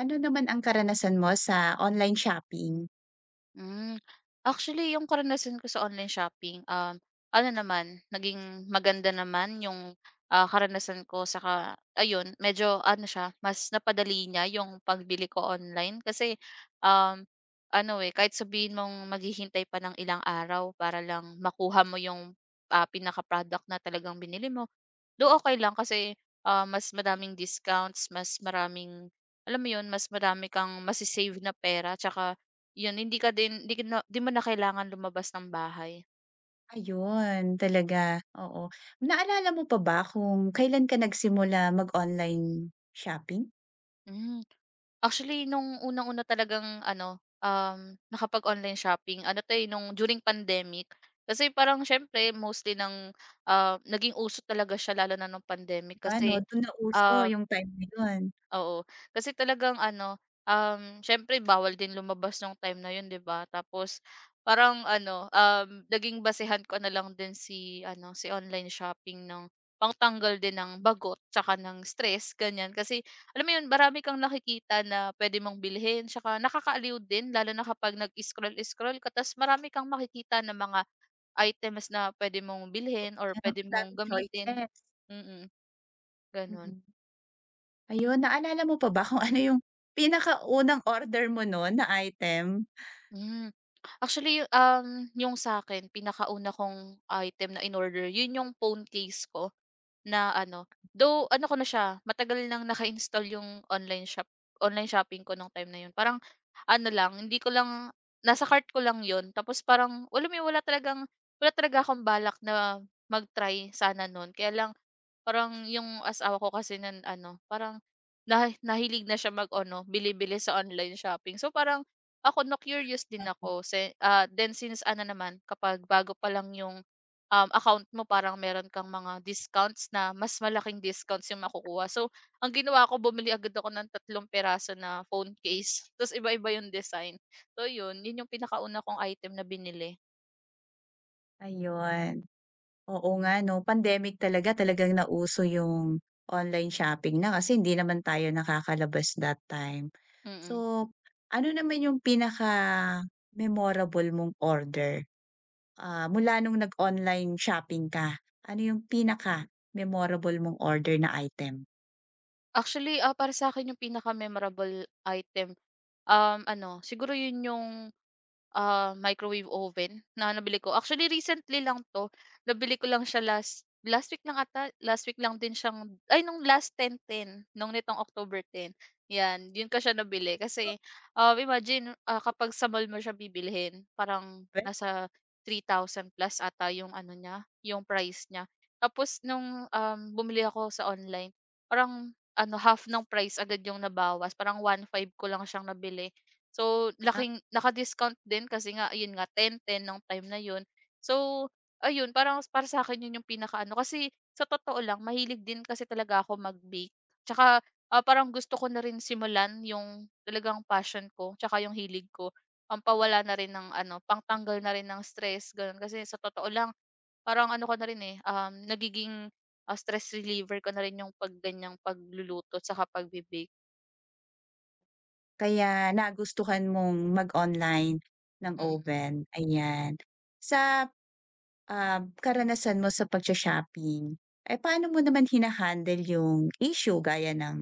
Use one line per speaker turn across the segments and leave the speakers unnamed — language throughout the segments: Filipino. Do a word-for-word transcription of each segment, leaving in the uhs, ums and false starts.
Ano naman ang karanasan mo sa online shopping?
Hmm. Actually, yung karanasan ko sa online shopping, um, ano naman, naging maganda naman yung, ah, karanasan ko saka ayun, medyo ano siya, mas napadali niya yung pagbili ko online kasi, um, ano, eh, kahit sabihin mong maghihintay pa ng ilang araw para lang makuha mo yung, ah, pinaka-product na talagang binili mo, do okay lang kasi, ah, mas madaming discounts, mas maraming alam mo yun, mas marami kang masisave na pera tsaka 'yun, hindi ka din hindi ka na 'di mo na kailangan lumabas ng bahay.
Ayun, talaga, oo. Naalala mo pa ba kung kailan ka nagsimula mag-online shopping?
Hmm. Actually nung unang-una talagang ano, um, nakapag-online shopping ano 'to, eh, nung during pandemic. Kasi parang siyempre mostly ng, ah, naging uso talaga siya lalo na nung pandemic
Ano,
kasi,
dun na uso
ah
yung time na yun,
oo, kasi talagang ano, um, siyempre bawal din lumabas nung time na yun, 'di ba? Tapos parang ano, um, naging basehan ko na lang din si ano, si online shopping ng pangtanggal din ng bagot tsaka ng stress ganyan. Kasi alam mo yun, marami kang nakikita na pwede mong bilhin tsaka nakakaaliw din lalo na kapag nag-scroll-scroll ka ta's marami kang makikita na mga items na pwede mong bilhin or
kaya ang
pwede mong
daming
gamitin.
choices,
Mm, gano'n.
mm. Ayun, naalala mo pa ba kung ano yung pinakaunang order mo nun na item?
Hmm. Actually, y- um, yung sa'kin pinakauna kong item na in-order yun yung phone case ko na ano, though ano ko na siya matagal nang naka-install yung online shop online shopping ko nung time na yun. Parang ano lang, hindi ko lang, nasa cart ko lang yun tapos parang wala mo yun wala talagang wala talaga akong balak na mag-try sana nun, kaya lang parang yung asawa ko kasi nan ano, parang nahi nahilig na siya mag-ano, bili-bili sa online shopping. So, parang ako, na-curious din ako si ah, then since ano naman, kapag bago pa lang yung, um, account mo parang meron kang mga discounts na mas malaking discounts yung makukuha. So, ang ginawa ko, bumili agad ako ng tatlong piraso na phone case, ta's iba-iba yung design. So, yun, yun yung pinakauna kong item na binili.
Ayun. Oo nga 'no, pandemic talaga talagang nauso yung online shopping na kasi hindi naman tayo nakakalabas that time.
Mm.
So, ano naman yung pinaka-memorable mong order, ah, mula nung nag-online shopping ka? Ano yung pinaka-memorable mong order na item?
Actually, ah, para sa'kin yung pinaka-memorable item, um, ano siguro yun yung Ah, microwave oven na nabili ko. Actually recently lang 'to, nabili ko lang siya last last week lang ata, last week lang din siyang ay nung last ten ten nung nitong October ten 'yan. 'Yun ko siya nabili kasi, um, imagine, ah, kapag sa mall mo siya bibilhin parang
Puwe
nasa three thousand plus ata 'yung ano niya, 'yung price niya. Tapos nung, um, bumili ako sa online, parang ano, half ng price agad 'yung nabawas, parang one five ko lang siyang nabili. So,
ah,
laking naka-discount din kasi nga ayun nga ten, ten nung time na yun. So, ayun parang para sa akin yun yung pinakaano kasi sa totoo lang mahilig din kasi talaga ako mag-bake. Tsaka, ah, parang gusto ko na rin simulan yung talagang passion ko tsaka yung hilig ko. Pampawala na rin ng ano, pangtanggal na rin ng stress gano'n. Kasi sa totoo lang parang ano ko na rin, eh, um, nagiging, ah, stress reliever ko na rin yung 'pag pagluluto tsaka pagbe-bake.
kaya nagustuhan mong mag-online ng
Mm.
oven, ayan. Sa um, karanasan mo sa pag shopping eh, paano mo naman hinahandle yung issue gaya ng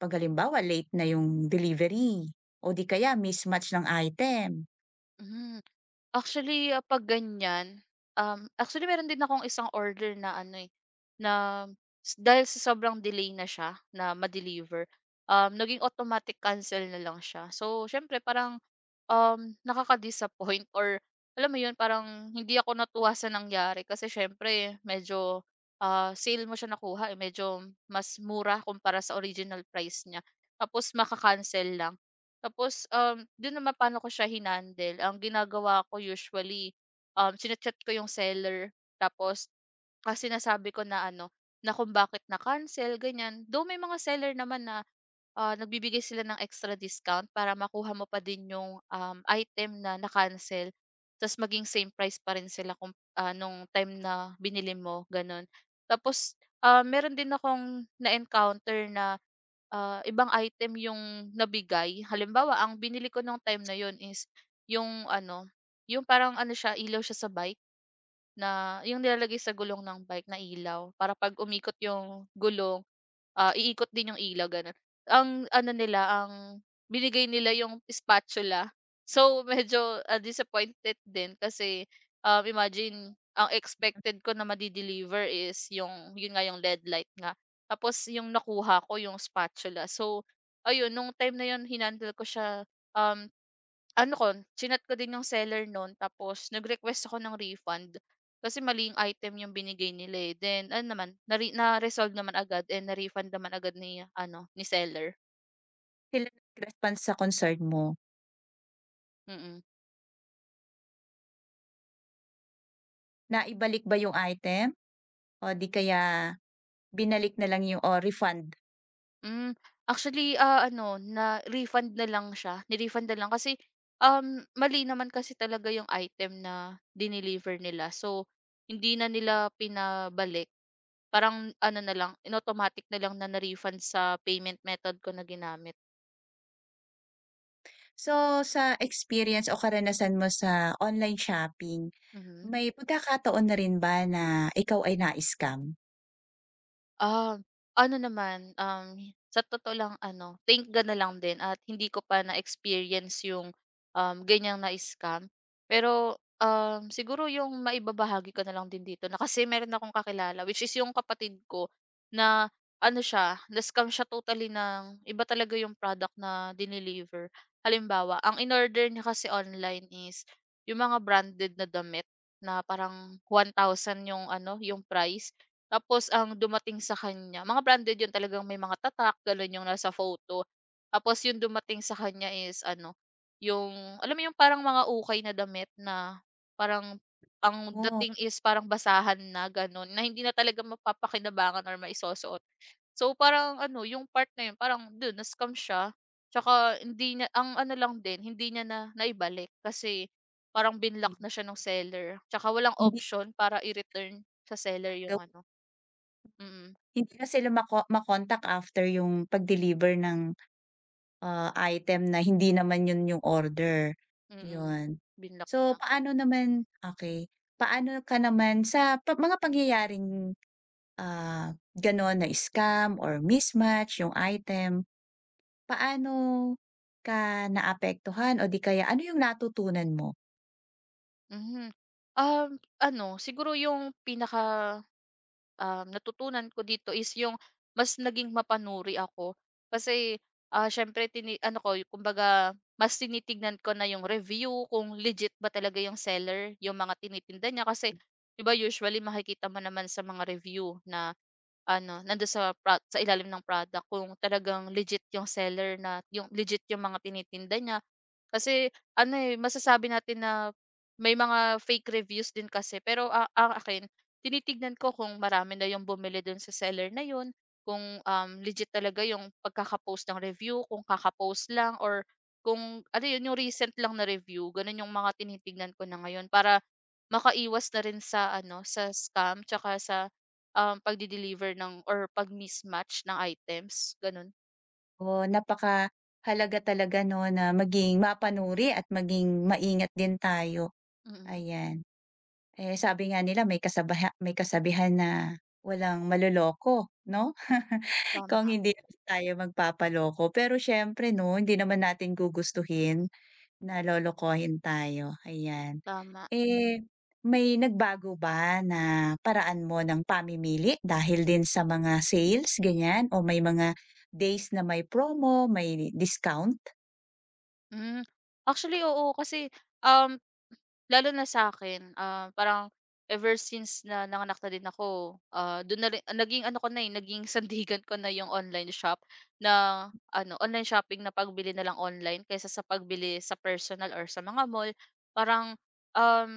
'pag halimbawa late na yung delivery o di kaya mismatch ng item?
Hmm. Actually, ah, 'pag ganyan, um, actually meron din akong isang order na ano, eh, na s- dahil sa sobrang delay na siya na ma-deliver, um, naging automatic cancel na lang siya. So, siyempre parang, um, nakaka-disappoint or alam mo 'yun, parang hindi ako natuwa sa nangyari kasi siyempre medyo, ah, sale mo siya nakuha, eh, medyo mas mura kumpara sa original price niya, tapos maka-cancel lang. Tapos, um, dun naman paano ko siya hinandle, ang ginagawa ko usually, um, chine-chat ko yung seller tapos, kasi nasabi ko na ano, na kung bakit na-cancel ganyan. Though may mga seller naman na, ah, nagbibigay sila ng extra discount para makuha mo pa din yung, um, item na na-cancel ta's maging same price pa rin sila kung, ah, nung time na binili mo, gano'n. Tapos, ah, meron din akong na-encounter na Ah, ibang item yung nabigay. Halimbawa, ang binili ko nung time na yun is yung ano, yung parang ano siya, ilaw siya sa bike. Na yung nilalagay sa gulong ng bike na ilaw para 'pag umikot yung gulong, ah, iikot din yung ilaw gano'n. Ang ano nila, ang binigay nila yung spatula. So, medyo, ah, disappointed din kasi, um, imagine ang expected ko na made is yung, yun nga, yung L E D light nga. Tapos yung nakuha ko yung spatula. So ayun, nung time na yun hinandle ko siya, um, ano ko, chinat ko din yung seller nun tapos nag-request ako ng refund. Kasi maling item yung binigay nila, eh. Then ano naman, nare na-resolve naman agad and na-refund naman agad ni ano, ni seller.
Sila nag-response sa concern mo,
Mm-mm. Mm.
na ibalik ba yung item o di kaya binalik na lang yung o refund?
Hmm, actually, ah, ano, na-refund na lang siya, ni-refund na lang kasi, um, mali naman kasi talaga yung item na dineliver nila. So, hindi na nila pinabalik. Parang ano na lang, in automatic na lang na na-refund sa payment method ko na ginamit.
So, sa experience o karanasan mo sa online shopping,
Mhm.
may pagkakataon na rin ba na ikaw ay na-scam?
Ah, Ano naman, um, sa totoo lang ano, thank God na lang din at hindi ko pa na-experience yung, um, ganiyang na-scam. Pero, um, siguro yung maibabahagi ko na lang din dito na kasi meron akong kakilala, which is yung kapatid ko na ano siya, na-scam siya totally, ng iba talaga yung product na dineliver. Halimbawa, ang in order niya kasi online is yung mga branded na damit na parang one thousand yung ano, yung price. Tapos ang dumating sa kanya, mga branded yun talagang, may mga tatak, gano'n yung nasa photo. Tapos yung dumating sa kanya is ano, yung alam mo yung parang mga ukay na damit na parang ang
Oh,
dating is parang basahan na gano'n, na hindi na talaga mapapakinabangan or maisusuot. So parang ano, yung part na yun parang dun na-scam siya, tsaka hindi niya ang ano lang din, hindi niya na naibalik kasi parang binlock na siya nung seller, tsaka walang
hindi.
option para i-return sa seller yung ano. Mm,
Hindi na sila ma-contact after yung pag-deliver ng, ah, item na hindi naman yun yung order,
mm.
yun.
Binlock
So,
na.
paano naman okey, paano ka naman sa pa mga pangyayaring, ah, gano'n na scam or mismatch yung item, paano ka naapektuhan o di kaya ano yung natutunan mo?
Mhm. Um, Ano siguro yung pinaka um, natutunan ko dito is yung mas naging mapanuri ako. Kasi, ah, syempre, tini, ano ko, kumbaga, mas tinitignan ko na yung review, kung legit ba talaga yung seller, yung mga tinitinda niya. Kasi, di ba, usually makikita mo naman sa mga review na ano, nando sa pro- sa ilalim ng product kung talagang legit yung seller, na yung legit yung mga tinitinda niya. Kasi ano eh masasabi natin na may mga fake reviews din kasi, pero a- ang akin, tinitignan ko kung marami na yung bumili dun sa seller na yun, kung, um, legit talaga yung pagkakapost ng review, kung kakapost lang or kung ano yun, yung recent lang na review, ganun yung mga tinitignan ko na ngayon para makaiwas na rin sa ano, sa scam tsaka sa, um, pagde-deliver ng or pag-mismatch ng items, ganun.
Oh, napakahalaga talaga 'no na maging mapanuri at maging maingat din tayo,
Mm,
ayan. Eh, sabi nga nila may kasabaha may kasabihan na walang maloloko 'no? Kung
tama,
hindi tayo magpapaloko, pero siyempre 'no hindi naman natin gugustuhin na lolokohin tayo, ayan.
tama.
Eh, may nagbago ba na paraan mo ng pamimili dahil din sa mga sales, ganyan? O may mga days na may promo, may discount?
Hmm, actually oo kasi, um lalo na sa'kin, ah, parang ever since na nanganak na din ako, ah, dun na rin naging ano ko na, eh, naging sandigan ko na yung online shop na ano, online shopping na pagbili na lang online kaysa sa pagbili sa personal or sa mga mall. Parang, um,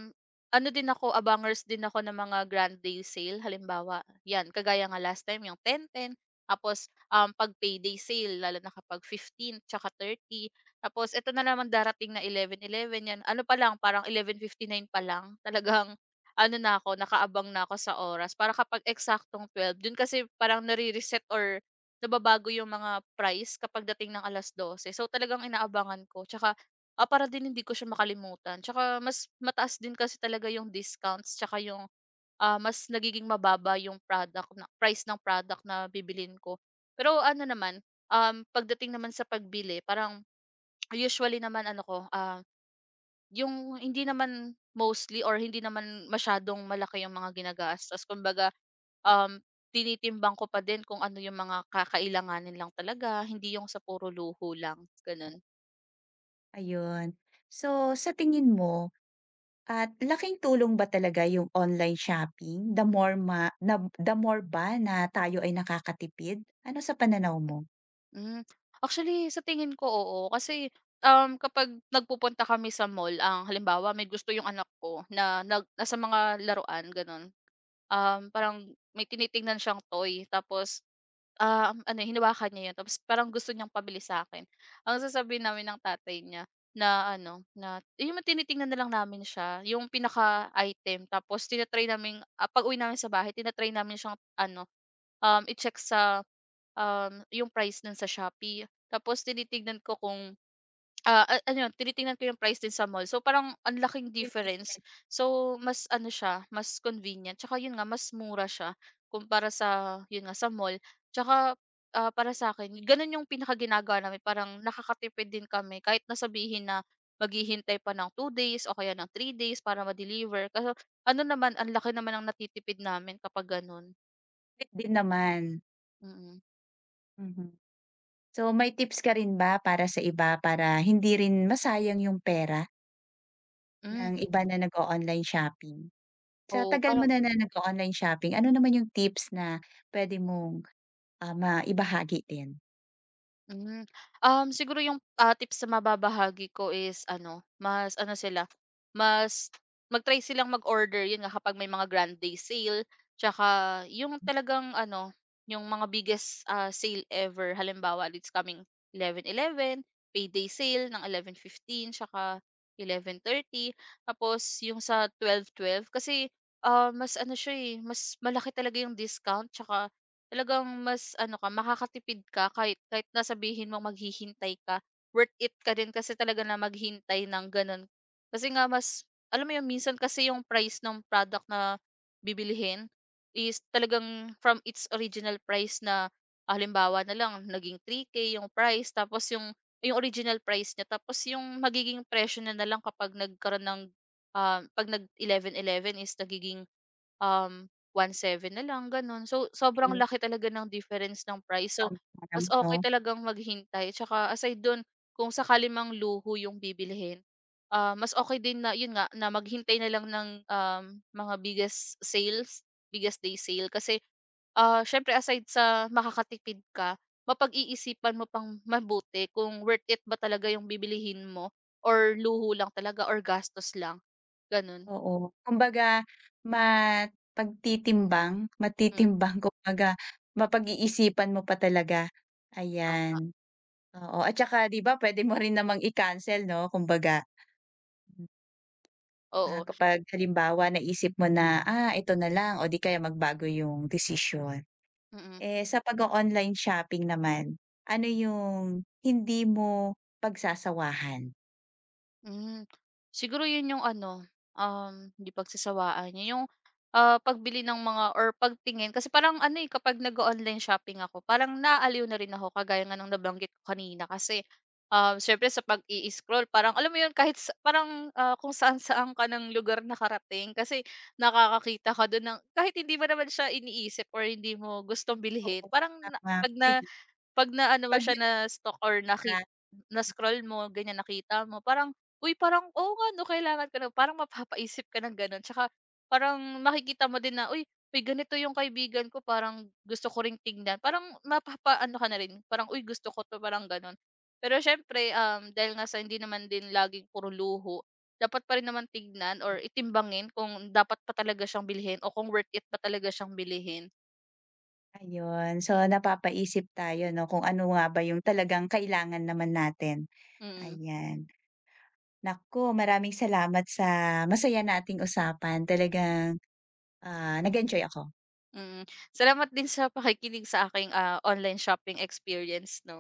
ano din ako, abangers din ako ng mga Grand Day Sale. Halimbawa, 'yan, kagaya nga last time yung ten ten, tapos, um, 'pag payday sale lalo na kapag fifteen, tsaka thirty, tapos eto na naman darating na eleven eleven 'yan, ano pa lang parang eleven fifty-nine pa lang talagang ano na ako, nakaabang na ako sa oras para kapag eksaktong twelve dun kasi parang nare-reset or nababago yung mga price kapag dating ng alas dose. So talagang inaabangan ko tsaka, ah, para din hindi ko siya makalimutan, tsaka mas mataas din kasi talaga yung discounts tsaka yung, ah, mas nagiging mababa yung product na price ng product na bibilin ko. Pero ano naman, Um, pagdating naman sa pagbili parang usually naman ano ko, ah, yung hindi naman mostly or hindi naman masyadong malaki yung mga ginagastos. Kumbaga, um, tinitimbang ko pa din kung ano yung mga kakailanganin lang talaga, hindi yung sa puro luho lang, ganun.
Ayun. So, sa tingin mo, at laking tulong ba talaga yung online shopping? The more ma na the more ba na tayo ay nakakatipid? Ano sa pananaw mo?
Hmm. Actually, sa tingin ko, oo. Kasi, um, kapag nagpupunta kami sa mall, ang halimbawa, may gusto yung anak ko na nag nasa mga laruan, gano'n. Um, parang may tinitingnan siyang toy tapos, um, ano, hinawakan niya 'yun tapos parang gusto niyang pabili sa'kin. Ang sasabihin namin ng tatay niya na ano, na yung tinitingnan na lang namin siya, yung pinaka-item tapos tinatry namin naming, ah, pag-uwi namin sa bahay, tinatry namin siyang ano, um, i-check sa, um, yung price nun sa Shopee. Tapos tinitignan ko kung, ah, a ano yun, tinitingnan ko yung price din sa mall. So, parang ang laking
Yung
difference.
tipid
So, mas ano siya, mas convenient. Tsaka yun nga, mas mura siya kumpara sa, yun nga, sa mall. Tsaka, ah, para sa akin ganun yung pinakaginagawa namin. Parang nakakatipid din kami kahit na sabihin na maghihintay pa ng two days o kaya ng three days para ma-deliver. Kaso ano naman, ang laki naman ang natitipid namin kapag ganun.
din naman.
Mm.
Mhm. So, may tips ka rin ba para sa iba para hindi rin masayang yung pera?
Hmm,
Ng iba na nag-o-online shopping. Sa
oo,
tagal mo
parang
na na nag-o-online shopping, ano naman yung tips na puwede mong, ah, maibahagi din?
hmm. Um, siguro yung, ah, tips na mababahagi ko is ano, mas ano sila, mas mag-try silang mag-order, yun nga kapag may mga grand day sale, tsaka yung talagang ano, yung mga biggest, ah, sale ever. Halimbawa, it's coming eleven eleven, payday sale ng eleven fifteen tsaka eleven thirty. Tapos yung sa twelve twelve kasi, ah, mas ano siya, eh, mas malaki talaga yung discount tsaka talagang mas ano ka, makakatipid ka kahit kahit na sabihin mong maghihintay ka, worth it ka din kasi talaga na maghintay ng gano'n. Kasi nga mas alam mo, yung minsan kasi yung price ng product na bibilihin is talagang from its original price na, ah, halimbawa na lang naging three K yung price tapos yung yung original price niya, tapos yung magiging presyo niya na lang kapag nagkaroon ng, ah, 'pag nag eleven eleven is nagiging, um one seven na lang gano'n. So, sobrang
Ayun,
laki talaga ng difference ng price. So,
tama ka
mas
naman 'no,
okey talagang maghintay tsaka aside do'n kung sakali mang luho yung bibilhin, ah, mas okay din na yun nga, na maghintay na lang ng, um, mga biggest sales, biggest day sale kasi, ah, siyempre aside sa makakatipid ka, mapag-iisipan mo pang mabuti kung worth it ba talaga yung bibilihin mo or luho lang talaga or gastos lang, gano'n.
oo. Kumbaga mapagtitimbang,
Hmm,
matitimbang kumbaga mapag-iisipan mo pa talaga,
tama,
ayan, oo. At saka 'di ba puwede mo rin namang i-cancel 'no, kumbaga. Ah,
oo,
kapag halimbawa naisip mo na, ah, ito na lang o di kaya magbago yung desisyon.
mm.
Eh, sa pag online shopping naman, ano yung hindi mo pagsasawahan?
Hmm, siguro 'yun 'yung ano, um, hindi pagsasawaan, 'yun 'yung, ah, pagbili ng mga or pagtingin kasi parang ano, eh, kapag nag online shopping ako parang naaaliw na rin ako kagaya nga ng nabanggit ko kanina kasi, um, siyempre sa pag-i-scroll parang alam mo 'yun kahit sa parang, ah, kung saan-saan ka ng lugar nakarating kasi nakakakita ka doon ng kahit hindi mo naman siya iniisip or hindi mo gustong bilhin,
Oo,
parang na
tama.
'pag na,
Big
'pag naano mo
'pag
siya, na-stalk or
nakikita
nakit na-scroll mo ganyan, nakita mo parang, uy, parang oo nga 'no, kailangan ko na, parang mapapaisip ka ng gano'n tsaka parang makikita mo din na, uy, uy, ganito yung kaibigan ko, parang gusto ko ring tingnan, parang mapapaano ka na rin, parang, uy, gusto ko 'to, parang gano'n. Pero syempre um, dahil nga sa hindi naman din laging puro luho, dapat pa rin naman tignan or itimbangin kung dapat ba talaga siyang bilhin o kung worth it ba talaga siyang bilhin,
ayun. So, napapaisip tayo 'no, kung ano nga ba yung talagang kailangan naman natin,
mm.
ayan. Naku, maraming salamat sa masaya nating usapan. Talagang, ah, nag-enjoy ako.
Mm, salamat din sa pakikinig sa aking, ah, online shopping experience 'no.